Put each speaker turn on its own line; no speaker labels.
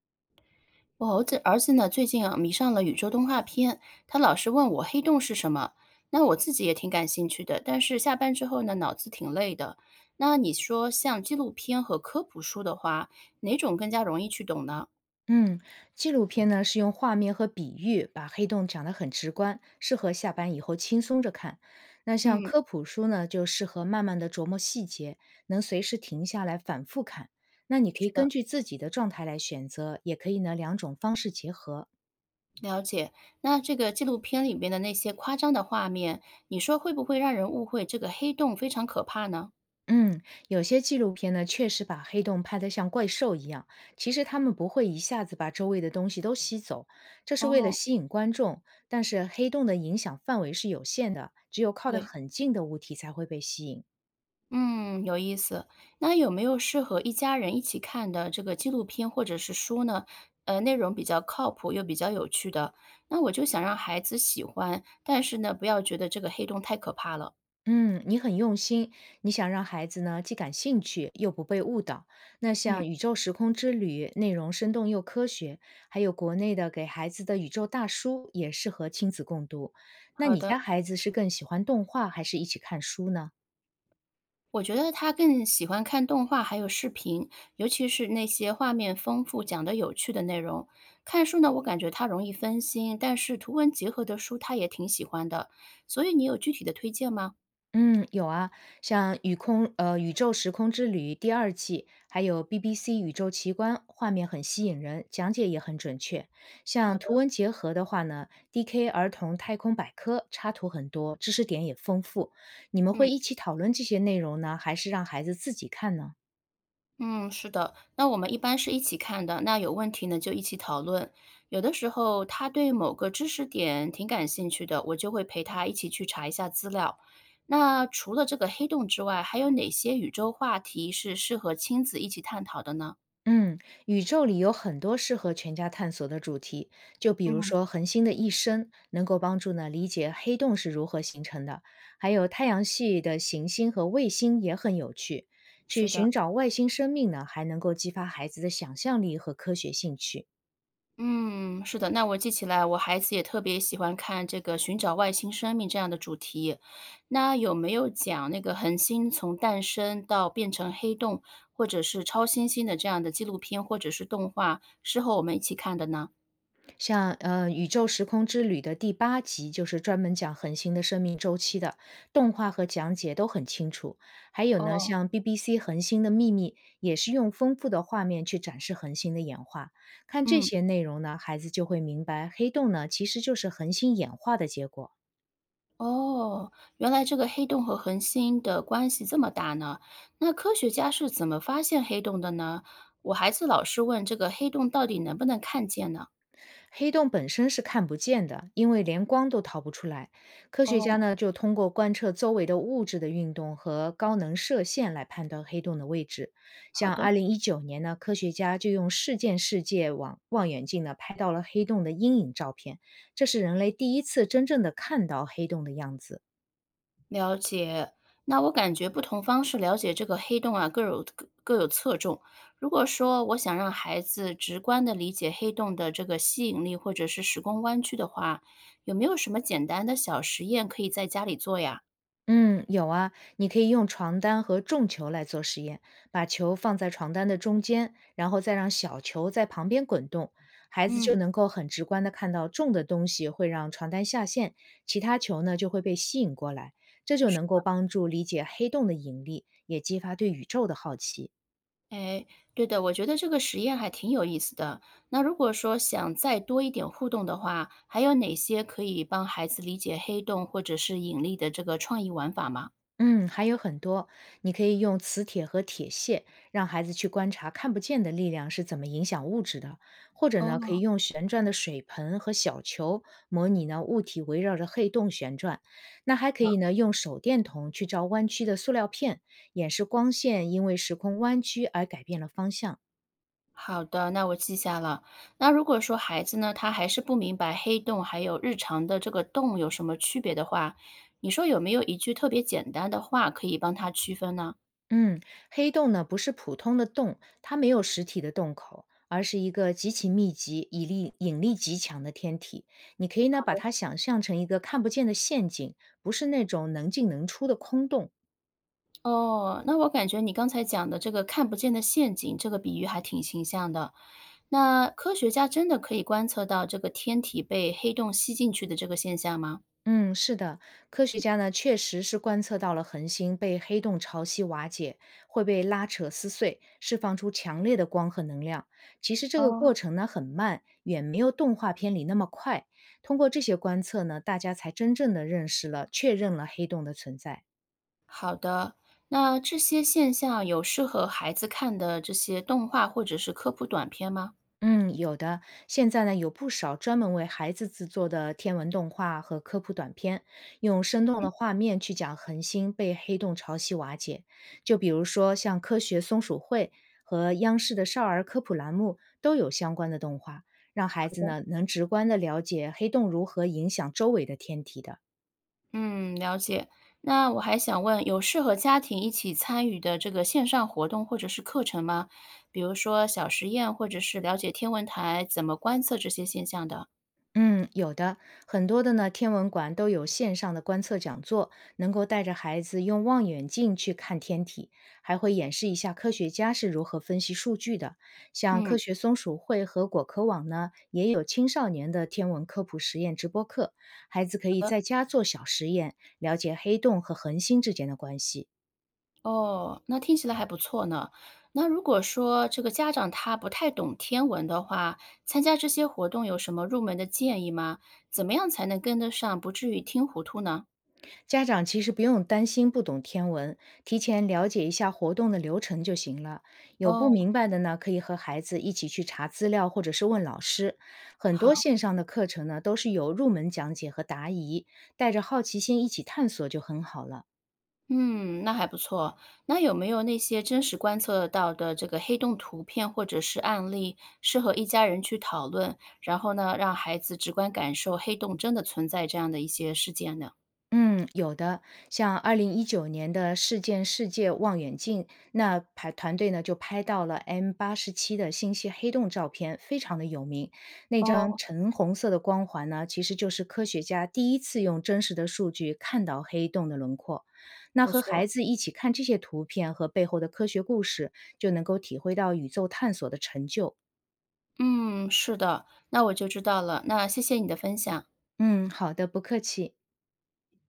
我儿子呢，最近啊迷上了宇宙动画片，他老是问我黑洞是什么。那我自己也挺感兴趣的，但是下班之后呢，脑子挺累的。那你说像纪录片和科普书的话，哪种更加容易去懂呢？
嗯，纪录片呢是用画面和比喻把黑洞讲得很直观，适合下班以后轻松着看。那像
嗯，
科普书呢，就适合慢慢的琢磨细节，能随时停下来反复看。那你可以
是的，
根据自己的状态来选择，也可以呢两种方式结合。
了解。那这个纪录片里面的那些夸张的画面，你说会不会让人误会这个黑洞非常可怕呢？
嗯，有些纪录片呢，确实把黑洞拍得像怪兽一样。其实他们不会一下子把周围的东西都吸走，这是为了
哦，
吸引观众。但是黑洞的影响范围是有限的，只有靠得
对。
很近的物体才会被吸引。
嗯，有意思。那有没有适合一家人一起看的这个纪录片或者是书呢？内容比较靠谱又比较有趣的，那我就想让孩子喜欢，但是呢，不要觉得这个黑洞太可怕了。
嗯，你很用心，你想让孩子呢既感兴趣又不被误导。那像
嗯，
《宇宙时空之旅》，内容生动又科学，还有国内的给孩子的《宇宙大叔》也适合亲子共读。那
好
你
的。
家孩子是更喜欢动画还是一起看书呢？
我觉得他更喜欢看动画还有视频，尤其是那些画面丰富、讲的有趣的内容。看书呢，我感觉他容易分心，但是图文结合的书他也挺喜欢的。所以你有具体的推荐吗？
嗯，有啊，像《宇宙时空之旅》第2季，还有 BBC 宇宙奇观，画面很吸引人，讲解也很准确。
好
像图
的，
文结合的话呢，DK 儿童太空百科插图很多，知识点也丰富。你们会
嗯。
一起讨论这些内容呢，还是让孩子自己看呢？
嗯，是的，那我们一般是一起看的，那有问题呢就一起讨论。有的时候他对某个知识点挺感兴趣的，我就会陪他一起去查一下资料。那除了这个黑洞之外，还有哪些宇宙话题是适合亲子一起探讨的呢？
嗯，宇宙里有很多适合全家探索的主题，就比如
嗯，
说恒星的一生，能够帮助呢理解黑洞是如何形成的，还有太阳系的行星和卫星也很有趣。去
是的。
寻找外星生命呢，还能够激发孩子的想象力和科学兴趣。
嗯，是的，那我记起来，我孩子也特别喜欢看这个《寻找外星生命》这样的主题。那有没有讲那个恒星从诞生到变成黑洞，或者是超新星的这样的纪录片或者是动画，是和我们一起看的呢？
像《宇宙时空之旅》的第8集就是专门讲恒星的生命周期的，动画和讲解都很清楚。还有呢，
哦，
像 BBC《恒星的秘密》也是用丰富的画面去展示恒星的演化。看这
嗯，
些内容呢，孩子就会明白黑洞呢其实就是恒星演化的结果。
哦，原来这个黑洞和恒星的关系这么大呢？那科学家是怎么发现黑洞的呢？我孩子老是问这个黑洞到底能不能看见呢？
黑洞本身是看不见的，因为连光都逃不出来。科学家
哦，
呢，就通过观测周围的物质的运动和高能射线来判断黑洞的位置。
好
像
的。
二零一九年呢，科学家就用事件世界网望远镜呢拍到了黑洞的阴影照片，这是人类第一次真正的看到黑洞的样子。
了解，那我感觉不同方式了解这个黑洞啊，各有侧重。如果说我想让孩子直观的理解黑洞的这个吸引力或者是时空弯曲的话，有没有什么简单的小实验可以在家里做呀？
嗯，有啊，你可以用床单和重球来做实验，把球放在床单的中间，然后再让小球在旁边滚动，孩子
嗯，
就能够很直观的看到重的东西会让床单下陷，其他球呢就会被吸引过来，这就
是
能够
的，
帮助理解黑洞的引力，也激发对宇宙的好奇。
哎，对的，我觉得这个实验还挺有意思的。那如果说想再多一点互动的话，还有哪些可以帮孩子理解黑洞或者是引力的这个创意玩法吗？
嗯，还有很多，你可以用磁铁和铁屑，让孩子去观察看不见的力量是怎么影响物质的，或者呢，可以
哦，
用旋转的水盆和小球模拟呢物体围绕着黑洞旋转。那还可以呢，用手电筒去照弯曲的塑料片，演示光线因为时空弯曲而改变了方向。
好的，那我记下了。那如果说孩子呢，他还是不明白黑洞还有日常的这个洞有什么区别的话，你说有没有一句特别简单的话可以帮他区分呢？
嗯，黑洞呢不是普通的洞，它没有实体的洞口，而是一个极其密集、引力极强的天体。你可以呢把它想象成一个看不见的陷阱，不是那种能进能出的空洞。
哦，那我感觉你刚才讲的这个看不见的陷阱这个比喻还挺形象的。那科学家真的可以观测到这个天体被黑洞吸进去的这个现象吗？
嗯，是的，科学家呢确实是观测到了恒星被黑洞潮汐瓦解，会被拉扯撕碎，释放出强烈的光和能量。其实这个
哦，
过程呢很慢，远没有动画片里那么快。通过这些观测呢，大家才真正的认识了、确认了黑洞的存在。
好的。那这些现象有适合孩子看的这些动画或者是科普短片吗？
嗯，有的。现在呢，有不少专门为孩子制作的天文动画和科普短片，用生动
嗯，
的画面去讲恒星被黑洞潮汐瓦解。就比如说，像科学松鼠会和央视的少儿科普栏目都有相关的动画，让
好
孩子
的。
呢能直观的了解黑洞如何影响周围的天体的。
嗯，了解。那我还想问，有适合家庭一起参与的这个线上活动或者是课程吗？比如说小实验，或者是了解天文台怎么观测这些现象的？
嗯，有的，很多的呢，天文馆都有线上的观测讲座，能够带着孩子用望远镜去看天体，还会演示一下科学家是如何分析数据的。像
嗯，
科学松鼠会和果壳网呢，也有青少年的天文科普实验直播课，孩子可
好
以
的。
在家做小实验，了解黑洞和恒星之间的关系。
哦，那听起来还不错呢。那如果说这个家长他不太懂天文的话，参加这些活动有什么入门的建议吗？怎么样才能跟得上，不至于听糊涂呢？
家长其实不用担心不懂天文，提前了解一下活动的流程就行了。有不
哦，
明白的呢，可以和孩子一起去查资料，或者是问老师。很
好。
多线上的课程呢，都是有入门讲解和答疑，带着好奇心一起探索就很好了。
嗯，那还不错。那有没有那些真实观测得到的这个黑洞图片或者是案例，适合一家人去讨论，然后呢，让孩子直观感受黑洞真的存在这样的一些事件呢？
嗯，有的，像二零一九年的事件世界望远镜，那拍团队呢就拍到了 M87的星系黑洞照片，非常的有名。那张
哦，
橙红色的光环呢，其实就是科学家第一次用真实的数据看到黑洞的轮廓。那
不
和
错。
孩子一起看这些图片和背后的科学故事，就能够体会到宇宙探索的成就。
嗯，是的，那我就知道了。那谢谢你的分享。
嗯，好的，不客气。